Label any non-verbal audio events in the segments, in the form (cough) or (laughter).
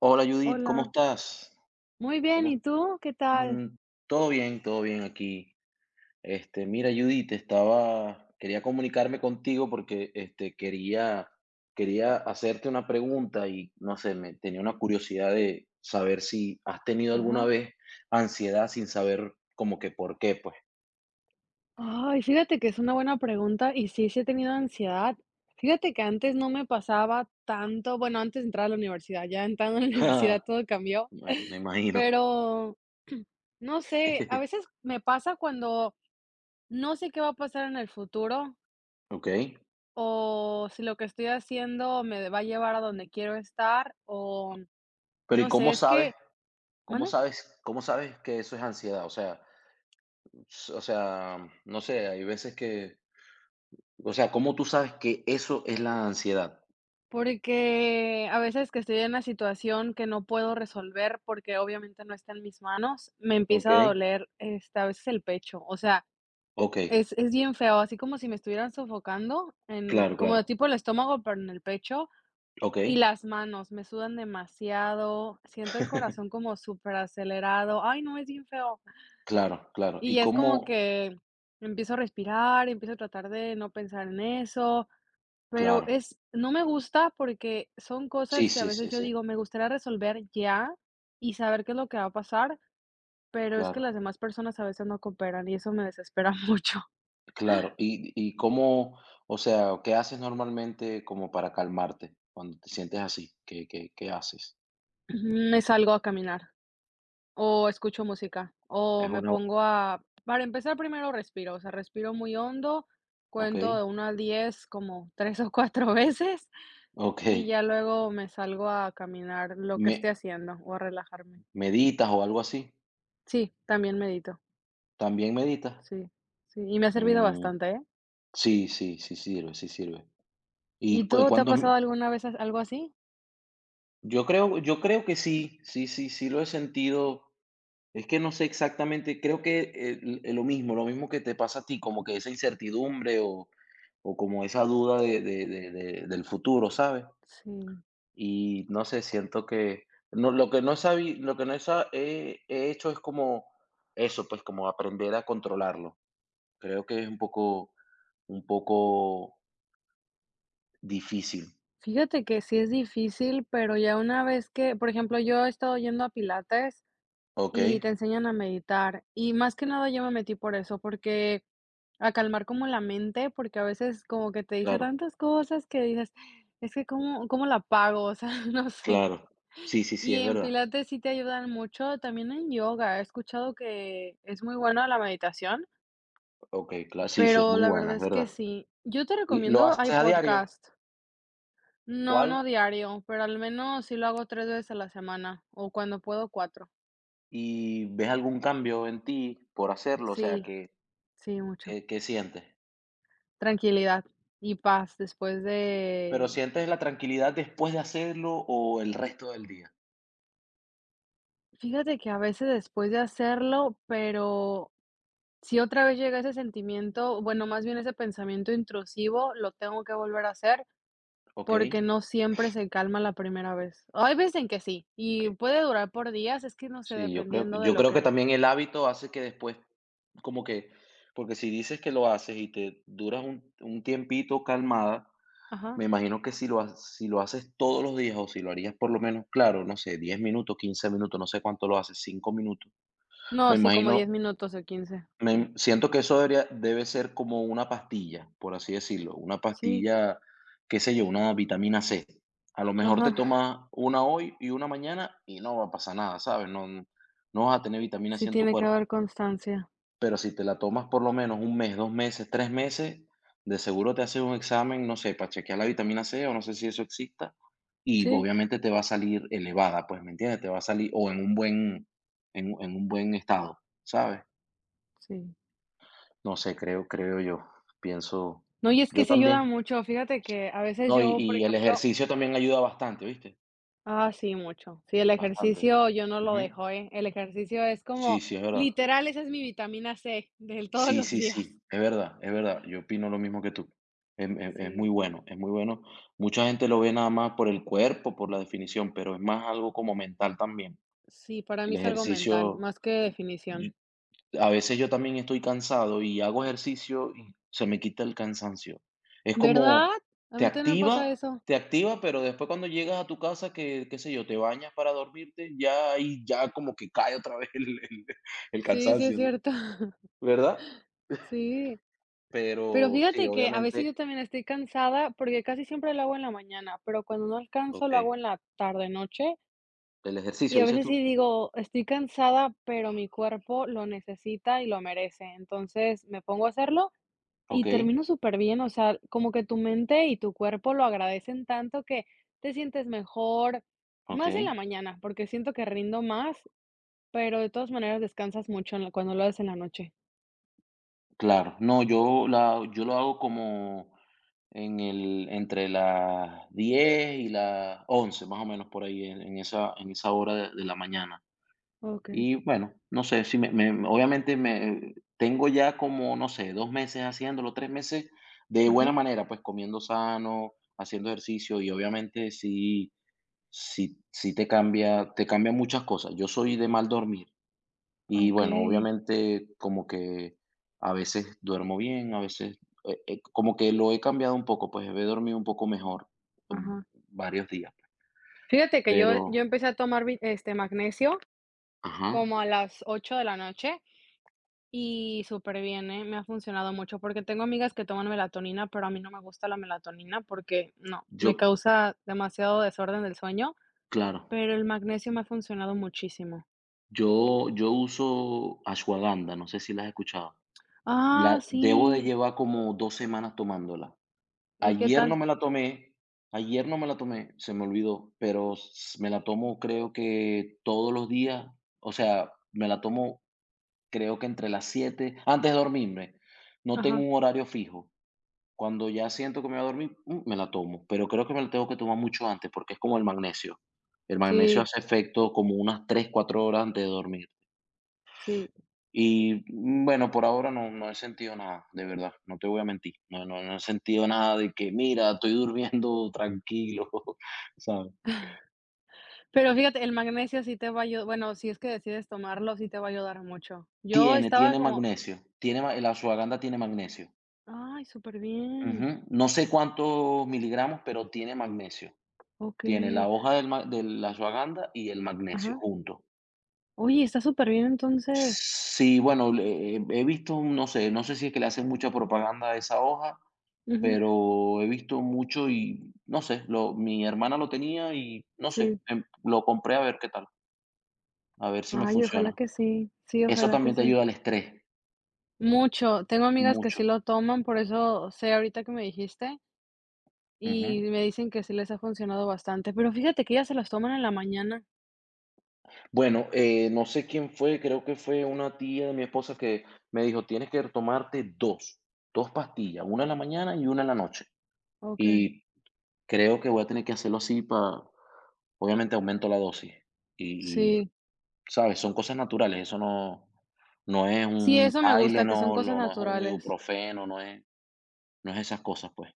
Hola Judith, ¿cómo Hola, estás? muy bien, ¿Cómo ¿y tú? ¿Qué tal? mm, todo bien aquí. Mira Judith, quería comunicarme contigo porque quería hacerte una pregunta y no sé, me tenía una curiosidad de saber si has tenido alguna Ajá. vez ansiedad sin saber como que por qué, pues. Ay, fíjate que es una buena pregunta y sí, sí he tenido ansiedad. Fíjate que antes no me pasaba tanto, bueno, antes de entrar a la universidad, ya entrando a la (laughs) (laughs) universidad todo cambió, Me (laughs) imagino. pero (clears throat) no sé, a (laughs) veces me pasa cuando no sé qué va a pasar en el futuro Ok. o si lo que estoy haciendo me va a llevar a donde quiero estar o Pero ¿y no sé, cómo es sabes? que, ¿Cómo ¿mande? sabes? ¿Cómo sabes que eso es ansiedad? O sea, no sé, hay veces que, o sea, ¿cómo tú sabes que eso es la ansiedad? Porque a veces que estoy en una situación que no puedo resolver, porque obviamente no está en mis manos, me ¿Ok? empieza a doler, este, a veces el pecho. O sea, Ok, es bien feo, así como si me estuvieran sofocando en claro, como de claro, tipo el estómago, pero en el pecho ok. y las manos me sudan demasiado, siento el corazón (laughs) como súper acelerado. Ay, no, es bien feo. Claro, claro. ¿Y Y es como cómo? que empiezo a respirar, empiezo a tratar de no pensar en eso, pero Claro. es no me gusta porque son Sí, cosas que a sí, veces sí, yo sí. digo: "Me gustaría resolver ya y saber qué es lo que va a pasar", pero es que Claro, las demás personas a veces no cooperan y eso me desespera (laughs) mucho. claro. ¿Y cómo? O sea, ¿qué haces normalmente como para calmarte cuando te sientes así? ¿Qué haces? Me salgo a caminar o escucho música o Es me una, pongo a para empezar, primero respiro, o sea, respiro muy hondo, cuento ok, de 1 a 10 como 3 o 4 (laughs) veces ok. y ya luego me salgo a caminar lo que esté ¿Me haciendo o a relajarme. meditas o algo así? Sí, también medito. ¿También meditas? Sí, sí, y me ha servido Mm, bastante, ¿eh? sí, sí sirve, sí sirve. ¿Y ¿Y cu tú te ha cuántos? pasado alguna vez as algo así? Yo creo que sí, sí, sí, sí lo he sentido. Es que no sé exactamente, creo que, l lo mismo, lo mismo que te pasa a ti, como que esa incertidumbre o como esa duda de del futuro, ¿sabes? Sí. Y no sé, siento que no, lo que no sabí lo que no sa he hecho es como eso, pues, como aprender a controlarlo. Creo que es un poco, un poco, difícil. Fíjate que sí es difícil, pero ya una vez que, por ejemplo, yo he estado yendo a pilates Okey, y te enseñan a meditar, y más que nada yo me metí por eso, porque a calmar como la mente, porque a veces como que te dice claro, tantas cosas que dices: "Es que, ¿cómo la pago, o sea, (laughs) no sé". claro. Sí, sí, sí, Y es en verdad. pilates sí te ayudan mucho, también en yoga, he escuchado que es muy buena la meditación. Okey, claro, sí, sí, es Pero muy la buena, verdad es es que verdad. sí. Yo te ¿Y lo recomiendo, hay haces a diario? podcast. No, ¿Cuál? no diario, pero al menos sí lo hago 3 veces a la semana, o cuando puedo cuatro. ¿Y ves algún cambio en ti por hacerlo? O sea, Sí, ¿qué sí, mucho. qué qué sientes? Tranquilidad y paz después ¿Pero de sientes la tranquilidad después de hacerlo o el resto del día? fíjate que a veces después de hacerlo, pero si otra vez llega ese sentimiento, bueno, más bien ese pensamiento intrusivo, lo tengo que volver a hacer, Okey, porque no siempre se calma la primera vez. Hay veces en que sí, y okey. puede durar por días, es que no sé, Sí, yo creo dependiendo de yo lo creo que que también el hábito hace que después, como que, porque si dices que lo haces y te duras un tiempito calmada, ajá. me imagino que si lo ha si lo haces todos los días o si lo harías por lo menos, claro, no sé, 10 minutos, 15 minutos, no sé cuánto lo haces, 5 minutos. Me No, sí, como imagino, 10 minutos o 15. Sí. me siento que eso debería, debe ser como una pastilla, por así decirlo, una Sí, pastilla, qué sé yo, una vitamina C. A lo mejor te ajá, tomas una hoy y una mañana y no va a pasar nada, ¿sabes? No, no vas a tener vitamina C sí en tu tiene que haber cuerpo, constancia. pero si te la tomas por lo menos un mes, 2 meses, 3 meses, de seguro te haces un examen, no sé, para chequear la vitamina C, o no sé si eso exista, y Sí, obviamente te va a salir elevada, pues, ¿me entiendes? Te va a salir o en un buen, en un buen estado, ¿sabes? sí. No sé, creo yo. Pienso No, y es yo que sí ayuda también. mucho. Fíjate que a veces No, y yo, por el ejemplo ejercicio también ayuda bastante, ¿viste? ah, sí, mucho. Sí, el Bastante. ejercicio yo no lo Ujú. dejo, ¿eh? El ejercicio es Sí, como, sí, es verdad. literal, esa es mi vitamina C del todos Sí, los sí, días. sí, es verdad, es verdad. Yo opino lo mismo que tú. Es muy Sí, bueno, es muy bueno. Mucha gente lo ve nada más por el cuerpo, por la definición, pero es más algo como mental también. sí, para mí El es algo mental, ejercicio, más que definición. a veces yo también estoy cansado y hago ejercicio y se me quita el cansancio. Es como ¿Verdad? A te mí también me pasa activa, eso. te activa, pero después cuando llegas a tu casa que, qué sé yo, te bañas para dormirte, ya ahí ya como que cae otra vez (laughs) el Sí, sí es cansancio, cierto. (laughs) ¿verdad? Sí. Pero Pero sí, fíjate que a veces yo obviamente, también estoy cansada, porque casi siempre lo hago en la mañana, pero cuando no alcanzo, ok. lo hago en la tarde noche, El y ejercicio, a dices veces tú. sí digo: "Estoy cansada, pero mi cuerpo lo necesita y lo merece". Entonces, me pongo a hacerlo y Ok, termino súper bien, o sea, como que tu mente y tu cuerpo lo agradecen tanto que te sientes mejor, ok. más en la mañana, porque siento que rindo más, pero de todas maneras descansas mucho en la cuando lo haces en la noche. Claro. No, yo lo hago como en el, entre las 10 y las 11 más o menos, por ahí, en esa, en esa hora de la mañana. Okey. Y bueno, no sé, si me obviamente me tengo ya como, no sé, 2 meses haciéndolo, 3 meses de Ajá. buena manera, pues, comiendo sano, haciendo ejercicio y obviamente sí, sí te cambia, te cambia muchas cosas. Yo soy de mal dormir, y bueno, Okey. obviamente como que a veces duermo bien, a veces, como que lo he cambiado un poco, pues, he dormido un poco mejor, mm, Ajá. varios días, Fíjate que yo pero yo empecé a tomar vi este, magnesio ajá, como a las 8 de la noche y superbién, ¿eh? Me ha funcionado mucho, porque tengo amigas que toman melatonina, pero a mí no me gusta la melatonina porque no, me yo, causa demasiado desorden del sueño, claro, pero el magnesio me ha funcionado muchísimo. yo uso ashwagandha, no sé si la has escuchado. Ah, La debo de sí, llevar como 2 semanas tomándola. ¿y qué Ayer no tal? me la tomé, se me olvidó, pero s me la tomo creo que todos los días, o sea, me la tomo creo que entre las 7 antes de dormirme, no tengo Ajá, un horario fijo. Cuando ya siento que me voy a dormir, me la tomo, pero creo que me la tengo que tomar mucho antes porque es como el magnesio. El magnesio sí, hace efecto como unas 3 o 4 horas antes de dormir. sí. Y bueno, por ahora no, no he sentido nada, de verdad, no te voy a mentir. No, no, no he sentido nada de que, mira, estoy durmiendo tranquilo, (laughs) ¿sabes? Pero fíjate, el magnesio sí te va a ayudar, bueno, si es que decides tomarlo, sí te va a ayudar mucho. Yo Tiene, estaba tiene como: magnesio, tiene, la ashwagandha tiene magnesio. "Ay, súper bien, Ujú, no sé cuántos miligramos, pero tiene magnesio. Tiene la okey". hoja del ma de la ashwagandha y el magnesio Ajá. junto. Oye, está súper bien entonces. Sí, bueno, le he visto, no sé, no sé si es que le hacen mucha propaganda a esa hoja, Ujú, pero he visto mucho y no sé, lo mi hermana lo tenía y no sé, sí. Lo compré a ver qué tal, a ver si me Ay, ojalá funciona. que sí. Sí, Eso ojalá que también te sí. ayuda al estrés, Mucho. Tengo amigas que mucho. sí lo toman, por eso sé ahorita que me dijiste, y Ujú. me dicen que sí les ha funcionado bastante. Pero fíjate que ellas se las toman en la mañana. Bueno, no sé quién fue, creo que fue una tía de mi esposa que me dijo: "Tienes que tomarte dos, 2 pastillas, una en la mañana y una en la noche". Okey. Y creo que voy a tener que hacerlo así para, obviamente, aumento la dosis y, Sí. ¿sabes? Son cosas naturales, eso no, no es Sí, un eso me gusta, que son Tylenol cosas o no es un naturales. ibuprofeno, no es, no es esas cosas, pues.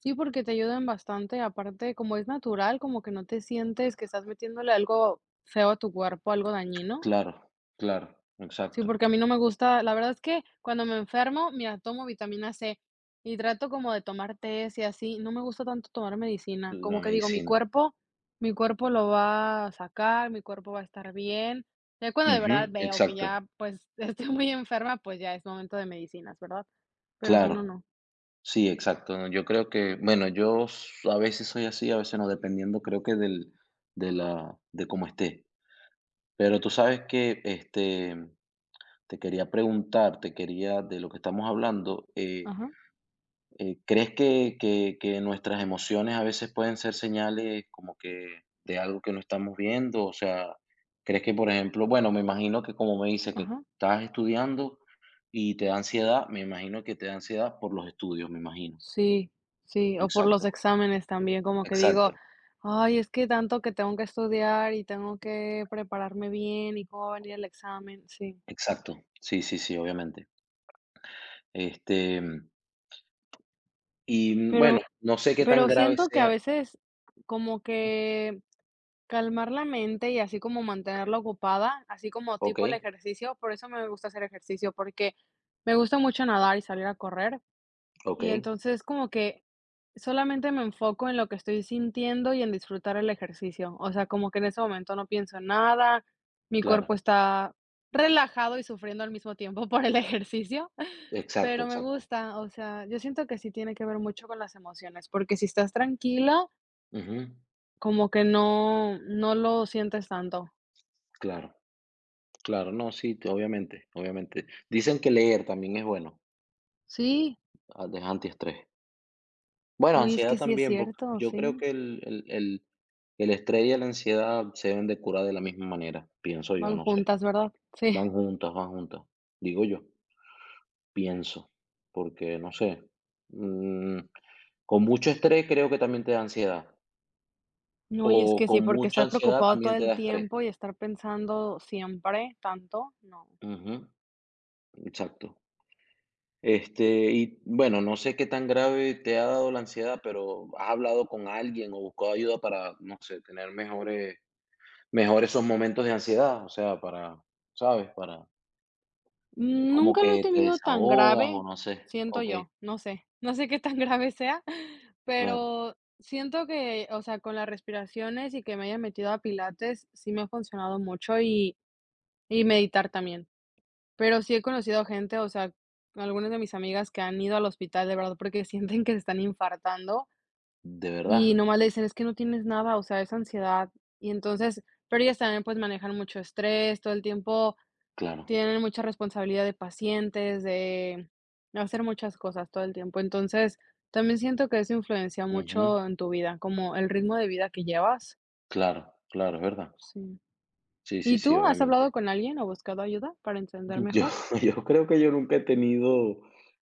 Sí, porque te ayudan bastante, aparte, como es natural, como que no te sientes que estás metiéndole algo feo a tu cuerpo, algo dañino. Claro, claro, Sí, exacto, porque a mí no me gusta, la verdad es que cuando me enfermo, mira, tomo vitamina C y trato como de tomar tés y así, no me gusta tanto tomar medicina, como la que digo, mi medicina. cuerpo mi cuerpo lo va a sacar, mi cuerpo va a estar bien. Ya cuando de Ujú, verdad veo que exacto, ya, pues, (laughs) estoy muy enferma, pues, ya es momento de medicinas, ¿verdad? Pero si no, claro, no. sí, exacto. No, yo creo que, bueno, yo s a veces soy así, a veces no, dependiendo creo que del, de cómo esté. Pero tú sabes que, te quería preguntar, te quería de lo que estamos hablando, Ajá, ¿crees que, que nuestras emociones a veces pueden ser señales como que de algo que no estamos viendo? O sea, ¿crees que, por ejemplo, bueno, me imagino que como me dices que ajá. estás estudiando y te da ansiedad, me imagino que te da ansiedad por los estudios, me imagino. Sí, sí, o por Exacto, los exámenes también, como que digo: exacto, "Ay, es que tanto que tengo que estudiar y tengo que prepararme bien y cómo va a venir el examen", sí. exacto. Sí, sí, sí, obviamente. Este, y bueno, Pero no sé qué tan pero grave siento que a sea. veces como que calmar la mente y así como mantenerla ocupada, así como Ok, tipo el ejercicio, por eso me gusta hacer ejercicio, porque me gusta mucho nadar y salir a correr, y ok, entonces como que solamente me enfoco en lo que estoy sintiendo y en disfrutar el ejercicio. O sea, como que en ese momento no pienso en nada, mi claro. cuerpo está relajado y sufriendo al mismo tiempo (laughs) por el ejercicio, (laughs) Exacto, pero me exacto. gusta, o sea, yo siento que sí tiene que ver mucho con las emociones, porque si estás tranquila, Ujú, como que no lo sientes tanto. claro, claro, no, sí, t obviamente, obviamente. Dicen que leer también es bueno, Sí, ah, de antiestrés. Bueno, no y es ansiedad que sí es también, porque cierto, yo creo sí, que el el estrés y la ansiedad se deben de curar de la misma manera, pienso yo, van no sé. juntas, ¿verdad? Sí. Van juntas, digo yo, pienso, porque no sé, mm, con mucho estrés creo que también te da ansiedad, No, y es o que sí, con porque mucha estar ansiedad preocupado todo también te el da estrés. tiempo y estar pensando siempre tanto, no. Ujú, exacto. Este, y bueno, no sé qué tan grave te ha dado la ansiedad, pero ¿has hablado con alguien o buscado ayuda para, no sé, tener mejores, mejor esos momentos de ansiedad? O sea, para, ¿sabes? Para, como Nunca lo he que te tenido tan desahogas o grave, no sé. siento Ok, yo, no sé, (laughs) no sé qué tan grave sea, claro, pero siento que, o sea, con las respiraciones y que me haya metido a pilates, sí me ha funcionado mucho y meditar también. Pero sí he conocido gente, o sea, algunas de mis amigas que han ido al hospital, de verdad, porque (laughs) sienten que se están infartando. de verdad, Y nomás le dicen: "Es que no tienes nada, o sea, es ansiedad". Y entonces, pero ellas también, pues, manejan mucho estrés, todo el tiempo claro. tienen mucha responsabilidad de pacientes, de hacer muchas cosas todo el tiempo. Entonces, también siento que eso influencia Ujú, mucho en tu vida, como el ritmo de vida que llevas. claro, claro, es verdad. Sí. Sí, sí, ¿Y sí, tú has hablado obviamente. con alguien o buscado ayuda para entender Yo, mejor? (laughs) yo creo que yo nunca he tenido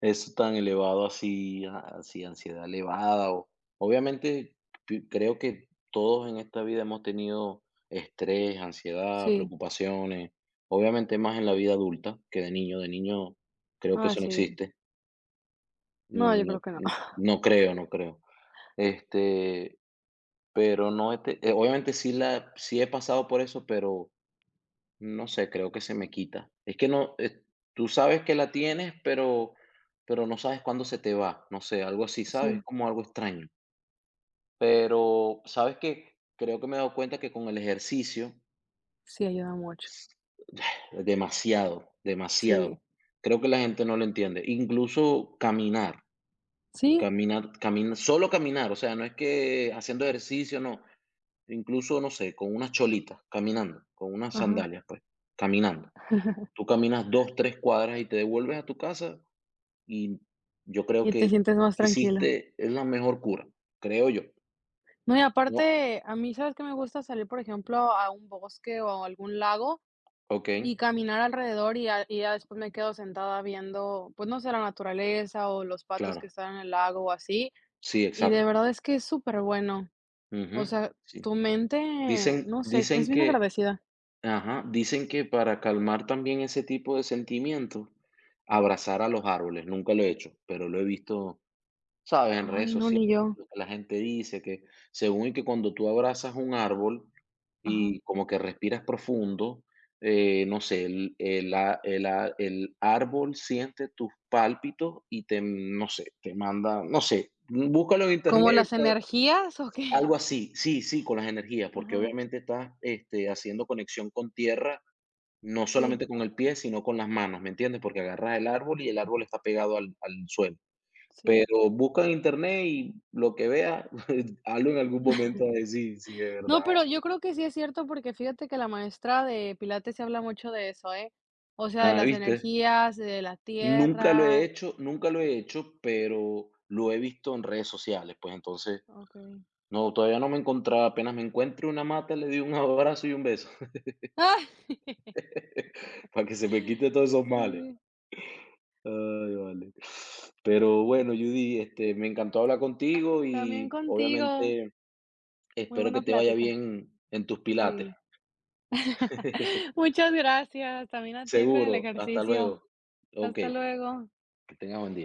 eso tan elevado así, así, ansiedad elevada. Obviamente, creo que todos en esta vida hemos tenido estrés, ansiedad, Sí. preocupaciones. Obviamente más en la vida adulta que de niño. De niño creo que Ah, eso no sí. existe. No, yo No, creo que no. (laughs) No creo, no creo. Este, pero no, obviamente sí la, sí he pasado por eso, pero no sé, creo que se me quita. Es que no, tú sabes que la tienes, pero no sabes cuándo se te va. No sé, algo así, ¿sabes? Es Sí, como algo extraño. Pero, ¿sabes qué? Creo que me he dado cuenta que con el ejercicio, sí ayuda mucho. s- demasiado, demasiado. Sí. Creo que la gente no lo entiende. Incluso caminar, Sí, caminar, caminar, solo caminar. O sea, no es que haciendo ejercicio, no. Incluso, no sé, con unas cholitas, caminando, con unas ajá. sandalias, pues, caminando. Tú caminas 2 3 cuadras y te devuelves a tu casa, y yo creo Y te que sientes más tranquilo. hiciste es la mejor cura, creo yo. No, y No, aparte, a mí, ¿sabes qué? Me gusta salir, por ejemplo, a un bosque o a algún lago okey, y caminar alrededor y ya después me quedo sentada viendo, pues, no sé, la naturaleza o los patos que claro. están en el lago o así, Sí, y de exacto. verdad es que es súper bueno. O Ujú, sea, sí. tu mente, Dicen no sé, es dicen bien que, agradecida. ajá, dicen que para calmar también ese tipo de sentimientos, abrazar a los árboles, nunca lo he hecho, pero lo he visto. ¿Sabes? En redes Ay, no, sociales, ni yo. lo que la gente dice, que según y que cuando tú abrazas un árbol Ajá. y como que respiras profundo, no sé, el a el árbol siente tus pálpitos y te, no sé, te manda, no sé, búscalo en ¿Como internet, las pues, energías o algo qué? así. Sí, sí, con las energías, porque Ajá. obviamente estás, este, haciendo conexión con tierra, no Sí, solamente con el pie, sino con las manos, ¿me entiendes? Porque agarras el árbol y el árbol está pegado al suelo. sí. Pero busca en internet y lo que vea, (laughs) algo en algún momento va a decir, sí, de No, verdad. pero yo creo que sí es cierto, porque fíjate que la maestra de pilates se habla mucho de eso, ¿eh? O sea, de Ah, las ¿viste? energías, de la Nunca lo he tierra. hecho, nunca lo he hecho, pero lo he visto en redes sociales, pues, entonces, Okey. no, todavía no me he encontrado, apenas me encuentro una mata, le doy un (laughs) abrazo y un beso, (laughs) (laughs) para que se me quite todos esos males. Sí, Ay, vale. Pero bueno, Judy, este, me encantó hablar contigo también y contigo. obviamente Muy espero que buena te vaya plática. bien en tus pilates. Sí. (laughs) (laughs) Muchas gracias. También a ti con el Seguro, hasta luego. ejercicio. Ok, Hasta luego. que tengas buen día.